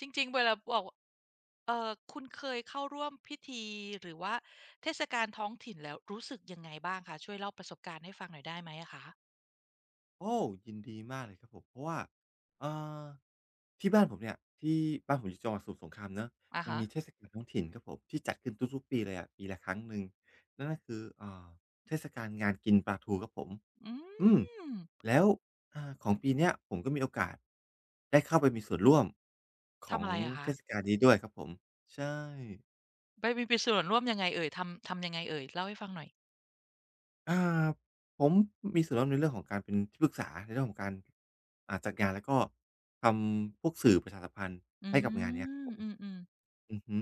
จริงๆเวลาบอกคุณเคยเข้าร่วมพิธีหรือว่าเทศกาลท้องถิ่นแล้วรู้สึกยังไงบ้างคะช่วยเล่าประสบการณ์ให้ฟังหน่อยได้ไหมอะคะโอ้ยินดีมากเลยครับผมเพราะว่าเอ่อที่บ้านผมเนี่ยที่บ้านผมอยู่จังหวัดสมุทรสงครามเนาะอะมันฮะมีเทศกาลท้องถิ่นครับผมที่จัดขึ้นทุกๆปีเลยอะปีละครั้งหนึ่งนั่นก็คือเทศกาลงานกินปลาทูครับผมอือืมมแล้วของปีเนี้ยผมก็มีโอกาสได้เข้าไปมีส่วนร่วมขอทำงอะไรอะเทคะศกาลนี้ด้วยครับผมใช่ ไปมีไปส่วนร่วมยังไงเอ่ยทำยังไงเอ่ยเล่าให้ฟังหน่อยอ่าผมมีส่วนร่วมในเรื่องของการเป็นที่ปรึกษาในเรื่องของการจัดงานแล้วก็ทำพวกสื่อประชาสัมพันธ์อืให้กับงานเนี้ยครับมผมอืมๆอือฮึ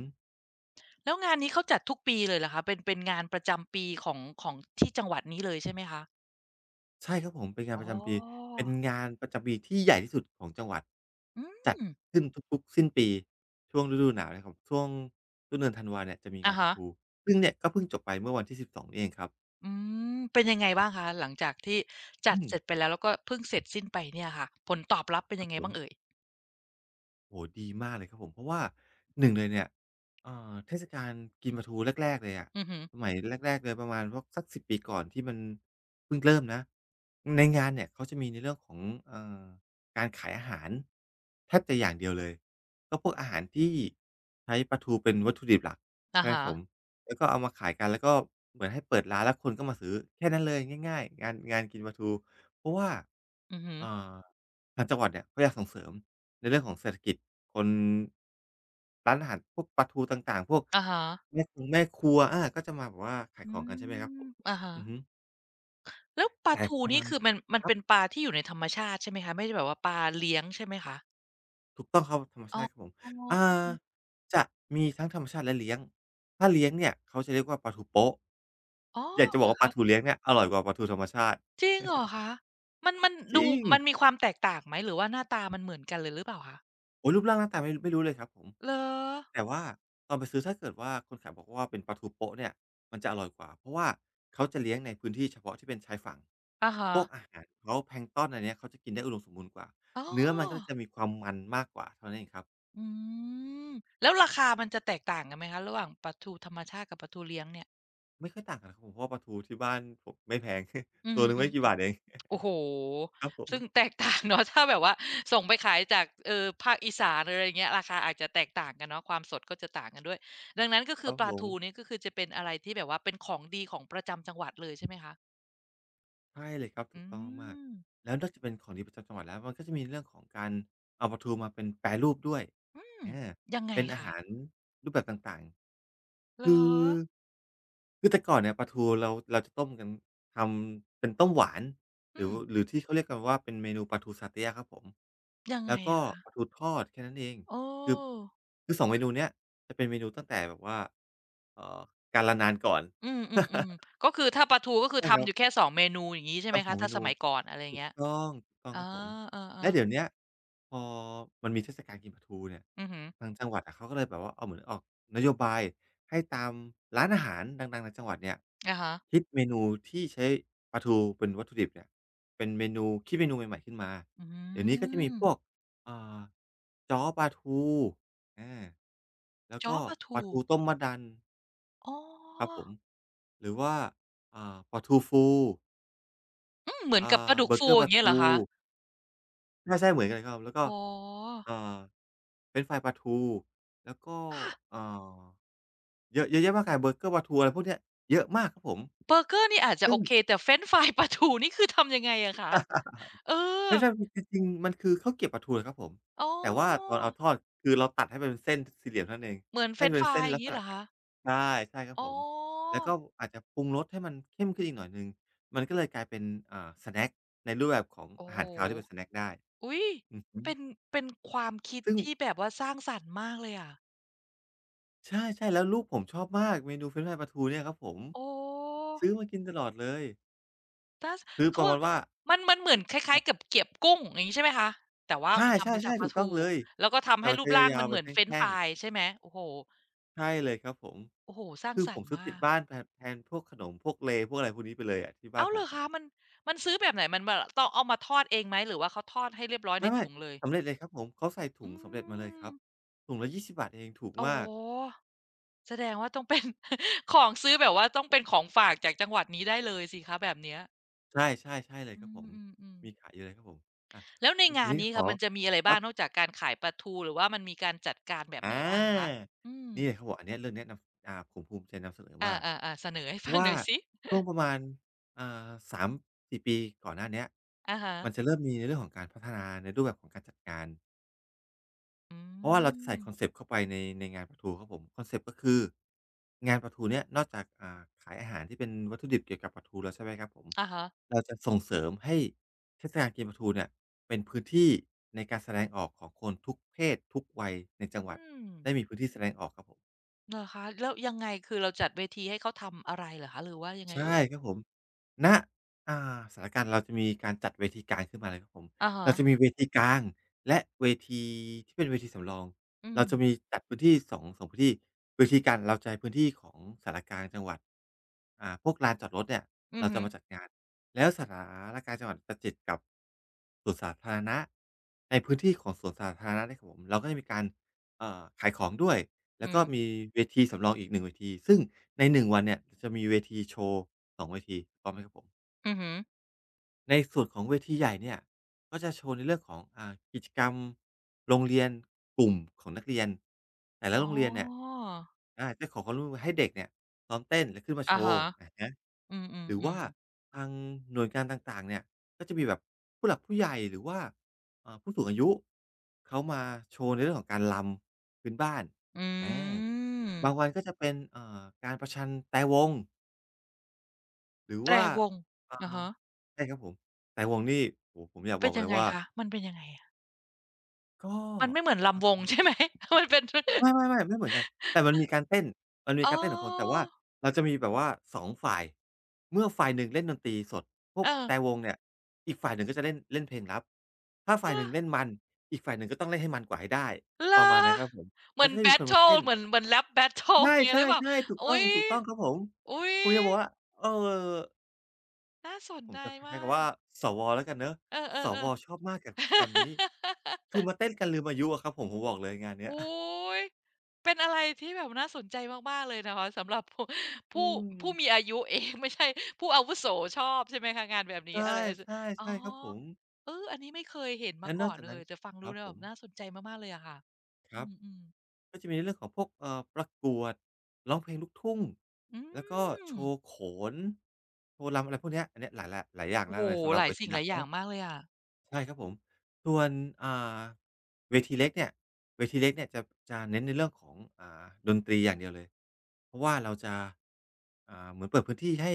แล้วงานนี้เขาจัดทุกปีเลยเหรอคะเป็นงานประจำปีของที่จังหวัดนี้เลยใช่ไหมคะใช่ครับผมเป็นงานอ๋ปอระจำปีเป็นงานประจำปีที่ใหญ่ที่สุดของจังหวัดอืจัดมขึ้นทุกๆสิ้นปีช่วงฤดูหนาวเนี่ยครับช่วงต้นเดือนธันวาเนี่ยจะมีอะงานฮะ ปะทูซึ่งเนี่ยก็เพิ่งจบไปเมื่อวันที่สบสองนี่เองครับอืมเป็นยังไงบ้างคะหลังจากที่จัอืดมเสร็จไปแล้วแล้วก็เพิ่งเสร็จสิ้นไปเนี่ยค่ะผลตอบรับเป็นคยัรับงไงผบ้างเอ่ยม โอ้โฮดีมากเลยครับผมเพราะว่าหนึ่งเลยเนี่ยเทศกาลกินปลาทูแรกๆเลยอะอือฮึสมัยแรกๆเลยประมาณพวกสัก10ปีก่อนที่มันเพิ่งเริ่มนะในงานเนี่ยเขาจะมีในเรื่องของเอ่อการขายอาหารแทบจะอย่างเดียวเลยก็พวกอาหารที่ใช้ปลาทูเป็นวัตถุดิบหลักอะใช่ไหมคฮะรับผมแล้วก็เอามาขายกันแล้วก็เหมือนให้เปิดร้านแล้วคนก็มาซื้อแค่นั้นเลยง่ายๆงานกินปลาทูเพราะว่าอือฮึเอ่อ ทางจังหวัดเนี่ยเขาอยากส่งเสริมในเรื่องของเศรษฐกิจคนร้านอาหารพวกปลาทูต่างๆพวกอะฮะแม่คงแม่ครัวอาก็จะมาแบบว่าขายอืของกันใช่ไหมครับมผมอะอือฮึฮะแล้วปลาแต่ทูประนี่มาณคือมันครัเป็บนปลาที่อยู่ในธรรมชาติใช่ไหมคะไม่ได้แบบว่าปลาเลี้ยงใช่ไหมคะถูกต้องครับธรรมอ๋อชาติครับผมอ๋อ่าจะมีทั้งธรรมชาติและเลี้ยงถ้าเลี้ยงเนี่ยเขาจะเรียกว่าปลาทูโป๊ะออยากจะเหบรอกอว่าปลาทูคะเลี้ยงเนี่ยอร่อยกว่าปลาทูธรรมชาติจริงเหรอคะมันจดูริง มันมีความแตกต่างไหมหรือว่าหน้าตามันเหมือนกันเลยหรือเปล่าคะโอ้ยรูปร่างหน้าตาไม่รู้เลยครับผมเหรอแต่ว่าตอนไปซื้อถ้าเกิดว่าคนขายบอกว่าเป็นปลาทูโป๊ะเนี่ยมันจะอร่อยกว่าเพราะว่าเขาจะเลี้ยงในพื้นที่เฉพาะที่เป็นชายฝั่งอะฮะพวกอาหารเขาแพลงก์ตอนอะไรเงี้ยเขาจะกินได้อุดมสมบูรณ์กว่าอ๋อ เนื้อมันก็เลยจะมีความมันมากกว่าเท่านั้นเองครับอืมแล้วราคามันจะแตกต่างกันไหมคะระหว่างปลาทูธรรมชาติกับปลาทูเลี้ยงเนี่ยไม่ค่อยต่างกันครับผมเพราะว่าปลาทูที่บ้านผมไม่แพง อื ตัมวหนึ่งไม่กี่บาทเองๆโอ้โฮครับผมซึ่งแตกต่างเนาะถ้าแบบว่าส่งไปขายจากภาคอีสานหรืออะไรอย่างเงี้ยราคาอาจจะแตกต่างกันเนาะความสดก็จะต่างกันด้วยดังนั้นก็คคือรับปลาผม ทูนี่ก็คือจะเป็นอะไรที่แบบว่าเป็นของดีของประจำจังหวัดเลยใช่ไหมคะใช่เลยครับถูอืกต้องมากมๆแล้วนอกจากเป็นของดีประจำจังหวัดแล้วมันก็จะมีเรื่องของการเอาปลาทูมาเป็นแปรรูปด้วยอืมอายังไงเป็นอาคะหารรูปแบบต่างๆเหรคืออคือแต่ก่อนเนี่ยปลาทูเราจะต้มกันทำเป็นต้มหวานหอืรือมหรือที่เขาเรียกกันว่าเป็นเมนูปลาทูซาเต๊ะอะครับผมยังไงแล้วก็อะคะปลาทูทอดแค่นั้นเองโอ้ คือคือ2เมนูเนี้ยจะเป็นเมนูตั้งแต่แบบว่าเอ่อกาลนานก่อน อืมๆ ๆก็คือถ้าปลาทูก็คือใช่คทำรัอบยู่แค่สองเมนูอย่างงี้ใช่ไหมทำสคะองเมถ้าสนู มัยก่อนอะไรอย่างถูกเงี้ยต้องถูกต้องอ๋อครับผมเอและอๆเดี๋ยวเนี้ยพอมันมีเทศกาลกินปลาทูเนี่ยอือฮึทางจังหวัดอะเขาก็เลยแบบว่าเอาเหมือนออกนโยบายให้ตามร้านอาหารดังๆในจังหวัดเนี่ยอะฮะคิดเมนูที่ใช้ปลาทูเป็นวัตถุดิบเนี่ยเป็นเมนูคิดเมนูใหม่ๆขึ้นมาอืเดี๋ยวนี้ก็จะมีมพวกอ่าจ้อปลาทูอาแล้วจ้อก็ปลาปทูลาทูต้มมะดันอ๋อครับผมหรือว่าปลาทูฟูอืมเหมือนอ่ากับปลาดุกเบอร์เกฟูอร์อปลาย่างเงี้ยเหรอทู คะใช่ๆเหมือนกันเลยครับแล้วก็อ๋อเอ่อเฟรนช์ฟรายปลาทูแล้วก็ฮะเอ่อเยอะเยอะแยะมากมายเบอร์เกอร์ปลาทูอะไรพวกเนี้ยเยอะมากครับผมเบอร์เกอร์นี่อาจจะโอซึ่งเคแต่เฟรนช์ฟราย ปลาทูนี่คือทำยังไงอะคะเออเฟรนช์ฟรายจริงๆมันคือข้าวเกรี๊ยวปลาทูเลยครับผมอ๋แต่ว่าตอนอเอาทอดคือเราตัดให้มันเป็นเส้นสี่เหลี่ยมเท่านั้นเองเหมือนเฟให้รนมันช์ฟเป็นรายเส้นอย่าลังกษงี้เหรณะอกคะใช่ใช่ครับอ๋ผมอแล้วก็อาจจะปรุงรสให้มันเข้มขึ้นอีกหน่อยหนึ่งมันก็เลยกลายเป็นสแน็กในรูปแบบของโอ้อาโฮหารคาวที่เป็นสแน็กได้อุ๊ยอือฮึเป็นเป็นความคิดซึ่ง ที่แบบว่าสร้างสรรค์มากเลยอะใช่ๆแล้วลูกผมชอบมากเมนูเฟรนช์ฟรายปลาทูเนี่ยครับผมโอ้ ซื้อมากินตลอดเลยถ้าสคือปเขาระว่ามาณว่ามันเหมือนคล้าคยรัๆกับบเกี๊ยบกุ้งอย่างงี้ใช่ไหมคะแต่ว่าใชมันทำมาจา่กๆปๆลาถูกทูต้องเลยแล้วก็ทำแต่ให้มันรูปจะร่างยามัวนๆเหเป็มืนอนแเฟรนช์ท่ฟงรายๆใช่ไหมโอ้โฮใช่เลยครับผมโอ้โฮสร้างคือสผรรมค์ซื้อติมาดกบ้านแทนพวกขนมพวกเลพวกอะไรพวกนี้ไปเลยอะที่บ้าอ้านวเหผรมออะคะมันมันซื้อแบบไหนมันแบบต้องเอามาทอดเองไหมหรือว่าเขาทอดให้เรียบร้อยในไม่ถุงเลยๆสำเร็จเลยครับผมเขาใส่ถุอืงสำเร็จมาเลยคมรับถุงละ20บบาทเองถูกอ๋อมากแสดงว่าต้องเป็น ของซื้อแบบว่าต้องเป็นของฝากจากจังหวัดนี้ได้เลยสิคะแบบเนี้ยใช่ๆใช่เลยอืครับผมมๆมีๆ ขายอยู่เลยครับผมอะแล้วในทีงานนี้นี้ขค่ะอมันจะมีอะไรครับ้างบ นอกจากการขายปลาทูหรือว่ามันมีการจัดการแบบอไหนบ้างอะคะาอืมนี่เขาบอกอันเนี้ยเรื่องเนี้ยนำผมภูมิใจนำเสนออามากๆๆเสนอให้เพฟัราะงหว่าน่อยสิ ช่วงประมาณ สามสี่ปีก่อนหน้าเนี้ยอะฮะมันจะเริ่มมีในเรื่องของการพัฒนาในรูปแบบของการจัดงานอืเพราะว่าเราจะมใส่คอนเซปต์เข้าไปในงานประทูครับผมคอนเซปต์ก็คืองานประทูเนี่ยนอกจากขายอาหารที่เป็นวัตถุดิบเกี่ยวกับปลาทูแล้วใช่ไหมครับผมอะฮะเราจะส่งเสริมให้เทศกาลกินปลาทูเนี่ยเป็นพื้นที่ในการแสดงออกของคนทุกเพศทุกวัยในจังหวัอืดมได้มีพื้นที่แสดงออกครับผม เหรอคะแล้วยังไงคือเราจัดเวทีให้เขาทำอะไรเหรอคะหรือว่ายังไงใช่เอ่ยครับผมณอ่าสถานการณ์เราจะมีการจัดเวทีกลางขึ้นมาเลยครับผมอะฮะเราจะมีเวทีกลางและเวทีที่เป็นเวทีสำรองอืเรามจะมีจัดพื้นที่ 2พื้นที่เวทีกลางเราจะใช้พื้นที่ของศาลากลางจังหวัดพวกลานจอดรถเนี่ยอือเราฮึจะมาจัดงานแล้วศาลากลางจังหวัดจะติดกับสวนสาธารณะในพื้นที่ของสวนสาธารณะเนี่ยครับผมเราก็จะมีการขายของด้วย แล้วอืก็มมีเวทีสำรองอีกหนึ่งเวที ซึ่งในหนึ่งวันเนี่ยจะมีเวทีโชว์สองเวทีถูกต้องไหมครับผม อือฮึในส่วนของเวทีใหญ่เนี่ยก็จะโชว์ในเรื่องของกิจกรรมโรงเรียนกลุ่มของนักเรียนแต่ละอ๋โรองเรียนเนี่ยอาจะขอความร่วมมือให้เด็กเนี่ยซ้อมเต้นและขึ้นมาโชอะฮะว์อะฮะอืหรือว่ามๆๆทางหน่วยงานต่างๆเนี่ยก็จะมีแบบผู้หลักผู้ใหญ่หรือว่าผู้สูงอายุเขามาโชว์ในเรื่องของการรำพื้นบ้านอือาบางวัมนก็จะเป็นการประชันแตรวง หรือแตรว่าวงอ่าอะฮะใช่ครับผมแต่วงนี่โอ้โฮผมอยากบเป็อนกเลยังยไงว่าคะมันเป็นยังไงอะก็มันไม่เหมือนเอ่ลำวงอใช่ไหม มันเป็น ไม่ๆๆไม่เหมือนกันแต่มันมีการเต้นมันมีอ๋การเต้นของคนแต่ว่าอเราจะมีแบบว่าสองฝ่ายเมื่อฝ่ายหนึ่งเล่นดนตรีสดพวเอกอแตรวงเนี่ยอีกฝ่ายหนึ่งก็จะเล่นเล่นเพลงลับถ้าเอฝ่ายหอนึ่งเล่นมันอีกฝ่ายหนึ่งก็ต้องเล่นให้มันกว่าให้ได้เหรประอมาณนั้นครับผมเหแล้มือวนก็จะแบมีตคนมาเทิลเต้นเหมือน rap ใ battle อย่างเงี้ยหช่รือเปล่าๆๆถูกต้ออุ๊งยถูกต้องครับผมอุ๊ยผมจะบอกว่าเออ น่าสนผมใจจะใช้มาคำกว่าสวแล้วกันเนาะเอสวอๆๆชอบมากกับกิจกรรมนี้คือมาเต้นกันลืมอายุอะครับผมผมบอกเลยงานเนี้อุ๊ ย ยเป็นอะไรที่แบบน่าสนใจมากๆเลยนะคะสำหรับผู้อืม ผู้ มีอายุเอง ไม่ใช่ผู้อาวุโสชอบใช่ไหมคะงานแบบนี้ใช่อะไรอสใช่อ๋อใช่ครับผมเอออันนี้ไม่เคยเห็นมาและนก่ออกนจากเลนั้ยนแต่ฟังคดูรับแล้วผแบมบน่าสนใจมากๆเลยอะค่ะคอืรับมก็จะมีในเรื่องของพวกประกวดร้องเพลงลูกทุ่งๆอืแล้วก็ม โชว์โขนโชว์รำอะไรพวกเนี้ยอันเนี้ยหลายอย่างโอ้โฮมากเลยสำหรัหบลายเวทีสิ่งหหลัลากยอย่างเนาะ มากเลยอะใช่ครับผมส่วนอ่าเวทีเล็กเนี่ยเวทีเล็กเนี่ยจะเน้นในเรื่องของดนตรีอย่างเดียวเลยเพราะว่าเราจะเหมือนเปิดพื้นที่ให้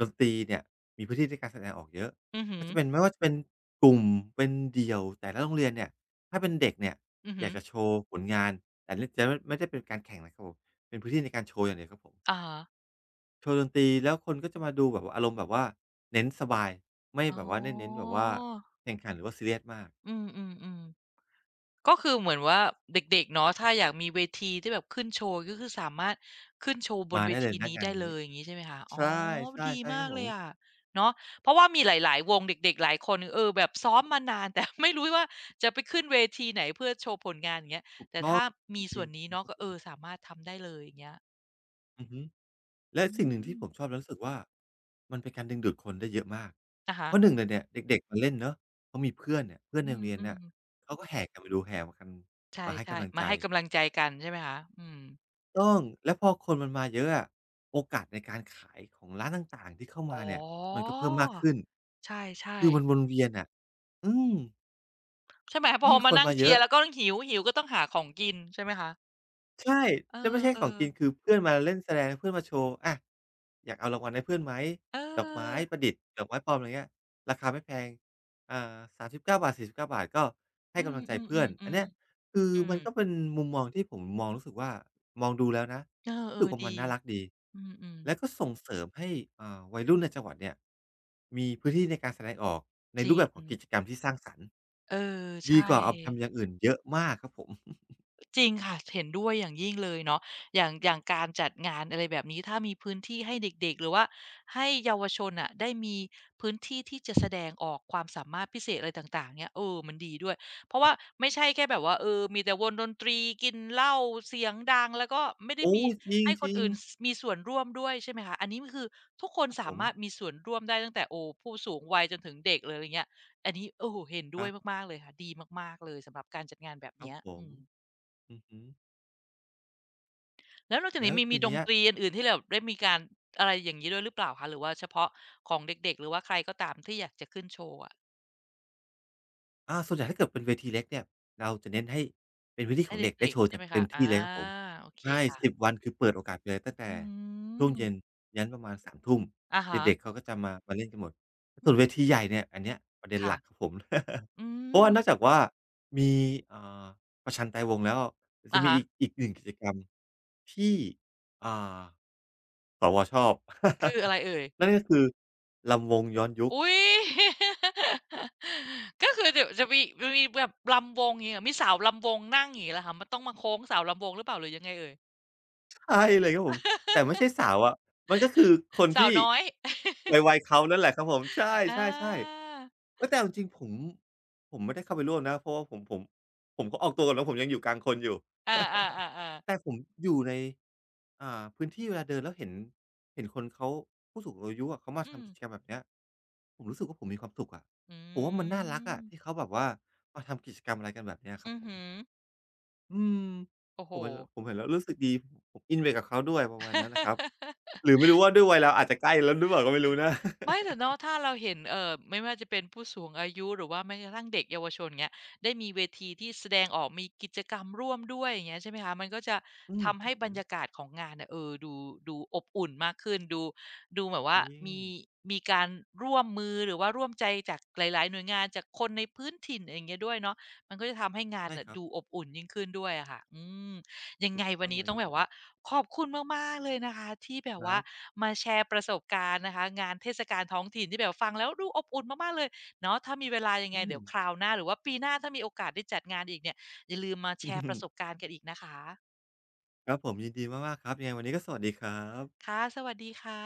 ดนตรีเนี่ยมีพื้นที่ในการแสดงออกเยอะอือฮึก็จะเป็นไม่ว่าจะเป็นกลุ่มเป็นเดี่ยวแต่ละโรงเรียนเนี่ยถ้าเป็นเด็กเนี่ยอืออฮึยากจะโชว์ผลงานแต่นี่จะไม่ได้เป็นการแข่งนะครับผมเป็นพื้นที่ในการโชว์อย่างเดียวครับผมอะฮะโชว์ดนตรีแล้วคนก็จะมาดูแบบว่าอารมณ์แบบว่าเน้นสบายไม่อ๋แบอบว่าได้เน้นแบบว่าแข่งขันหรือว่าซีเรียสมาก อืมๆๆก็คือเหมือนว่าเด็กๆเนาะถ้าอยากมีเวทีที่แบบขึ้นโชว์ก็คือสามารถขึ้นโชว์บนมาเวได้เลทียณนี้งานได้เลนี้ยอย่างงี้ใช่ไหมคะอ๋อ ใช่ใช่ดีใช่ครัมาบกผเลมยอะเนาะเพราะว่ามีหลายๆวงเด็กๆหลายคนเออแบบซ้อมมานาน แต่ไม่รู้ว่าจะไปขึ้นเวทีไหนเพื่อโชว์ผลงานอย่างเงี้ยถูกแต่ต้องถ้าจมีส่ริวงนนี้ๆคเนาะรับก็ผเออมสามารถทำได้เลยอย่างเงี้ยอือฮึและอืสิ่งหนึ่งที่ผมชมอบแล้วรู้สึกว่ามันเป็นการดึงดูดคนได้เยอะมากอะฮะเพราะหนึ่งเลยเนี่ยเด็กๆมาเล่นเนาะพอมีเพื่อนเนี่ยเพื่อนอืในโรงเรียนมเนี่ยๆ เขาก็แห่กันมาดูแห่มากันมาให้ใช่กำลังๆมาใจให้กำลังใจกันใช่ไหมคะอืมต้องแล้วพอคนมันมาเยอะอะโอกาสในการขายของร้านต่างๆที่เข้าอ๋อมาเนี่ยมันก็เพิ่มมากขึ้นใช่คือมันวๆนเวียนอะอืมใช่ไหมพอยิ่งคมานนั่งมาเยเชียอะ ร์แล้วก็หิวก็ต้องหาของกินใช่ไหมคะใช่เอแล้วไม่ใช่ของอกิๆน คือเพื่อนมาเล่นแสดงเพื่อนมาโชว์อะอยากเอารางวัลให้เพื่อนไหมเดอกไม้ ออประดิษฐ์ดอกไม้ปลอมอะไรเงี้ยราคาไม่แพงอ่า฿39 บาท฿4ทสี่สิบเกาบาท ก็อืให้กำลังใจมเพื่อๆน ๆๆอันเนี้ยคืออืมมันก็เป็นมุมมองที่ผมมองรู้สึกว่า มองดูแล้วนะเอรู้สึอกว่าๆมัดีนน่ารักดีอืมแล้ๆวก็ส่งเสริมให้วัยรุ่นในจังหวัดเนี่ยมีพื้นที่ในการแสดงออกในจรูริปแบบขงองกิจกรรมที่สร้างสรรค์เออดีใช่ กว่าเอาไปทำอย่างอื่นเยอะมากครับผมจริงค่ะเห็นด้วยอย่างยิ่งเลยเนาะอย่างการจัดงานอะไรแบบนี้ถ้ามีพื้นที่ให้เด็กๆหรือว่าให้เยาวชนน่ะได้มีพื้นที่ที่จะแสดงออกความสามารถพิเศษอะไรต่างๆเนี่ยเออมันดีด้วยเพราะครัว่าบไม่ใช่แค่แบบว่ามีแต่วงดนตรีกินเหล้าเสียงดังแล้วก็ไม่ได้โอ้มีจให้คนริงอื่นๆ สมีส่วนร่วมด้วยใช่ไหมคะอันนี้ก็คือทุกคนครับผสามมารถมีส่วนร่วมได้ตั้งแต่โอ้ผู้สูงวัยจนถึงเด็กเลยอะไรเงี้ยอันนี้โอ้โฮเห็นคด้วรัยบมากๆเลยค่ะดีมากๆเลยสำหรับการจัดงานแบบครับเนี้ยผอืมม อือฮึแล้วนอกจากแล้นี้วมีทีดนเนี้ยตรีอันอื่นที่แบบได้มีการอะไรอย่างงี้ด้วยหรือเปล่าคะหรือว่าเฉพาะของเด็กๆหรือว่าใครก็ตามที่อยากจะขึ้นโชว์อะอาส่วนใหญ่ถ้าเกิดเป็นเวทีเล็กเนี่ยเราจะเน้นให้เป็นพื้นที่ให้ของเเด็กได้ด็กโชๆว์ใช่กันไหมเต็คะมอาที่เลยครับผมโอเคใช่สิบค่ะวันคือเปิดโอกาสไปเลยตั้งแต่อืช่วงมเย็นยันประมาณ3ทุ่มอะฮะเด็กๆเขาก็จะมามาเล่นกันหมดอืส่วนเวมทีใหญ่เนี่ยอันเนี้ยประเด็นหค่ะลักครับผม อืเพราะว่านอกจามกว่ามีอ่าประชันไตรวงศ์แล้วจะอะมีฮะอีกหนึ่งกิจกรรมที่อ่า สวชอบ คืออะไรเอ่ย นั่นก็คือลำวงย้อนยุค อุ๊ย ก็คือเดี๋ยวจะมีมันมีแบบรำวงอย่างงี้เหรอมีสาวรำวงนั่งอย่างงี้เหรอคะมันต้องมาโค้งสาวรำวงหรือเปล่าหรือยังไงเอ่ยใช่เลยครับผมแต่ไม่ใช่สาวอะมันก็คือคนสาวที่น้อย วัยๆเขานั่นแหละครับผมใชอา่ๆๆเฮ้ยแต่เอาจริงๆผมไม่ได้เข้าไปร่วมนะเพราะว่าผมก็ออกตัวก่อนว่าผมยังอยู่กลางคนอยู่ อาๆ ๆแต่ๆผมอยู่ในพื้นที่เวลาเดินแล้วเห็นคนเขาผู้สูงอายุอะเขามาอืม ทำกิจกรรมแบบเนี้ยผมรู้สึกว่าผมมีความสุขอะอืผมว่ามันน่ารักอะที่มเขาแบบว่ามาทำกิจกรรมอะไรกันแบบเนี้ยครับอือผม ฮึอืมโอ้ผโห มเห็นแล้วผมเห็นแล้วรู้สึกดีผมอินไปกับเขาด้วยประมาณนั้นน่ะครับ หรือไม่รู้ว่าด้วยวัยเราอาจจะใกล้แล้วหรือเปล่าก็ไม่รู้นะไม่แต่เนาะถ้าเราเห็นไม่ว่าจะเป็นผู้สูงอายุหรือว่าแม้กระทั่งเด็กเยาวชนเงี้ยได้มีเวทีที่แสดงออกมีกิจกรรมร่วมด้วยอย่างเงี้ยใช่ไหมคะ มันก็จะอืมทำครัให้บผบรมรยากาศของงานเนี่ยเออดูอบอุ่นมากขึ้น ดูแบบจว่าริงมีมีการร่วมมือหรือว่าร่วมใจจากหลายๆหน่วยงานจากคนในพื้นถิ่นอย่างเงี้ยด้วยเนาะมันก็จะทำให้งานใช่เน่ยครับดูอบอุ่นยิ่งขึ้นด้วยอะค่ะอืม ยังถูไงกวันต้องนี้เลยต้อคงรับแบผบมว่าขอบคุณมากๆเลยนะคะที่แบคบรัว่าบมาแชร์ประสบการณ์นะคะงานเทศกาลท้องถิ่นที่แบบฟังแล้วดูอบอุ่นมากๆเลยเนาะถ้ามีเวลายังไงอืม เดี๋ยวคราวหน้าหรือว่าปีหน้าถ้ามีโอกาสได้จัดงานอีกเนี่ยอย่าลืมมาแชร์ประสบ การณ์กันอีกนะคะครับผมยินดีมากๆครับยังไงวันนี้ก็สวัสดีครับค่ะสวัสดีค่ะ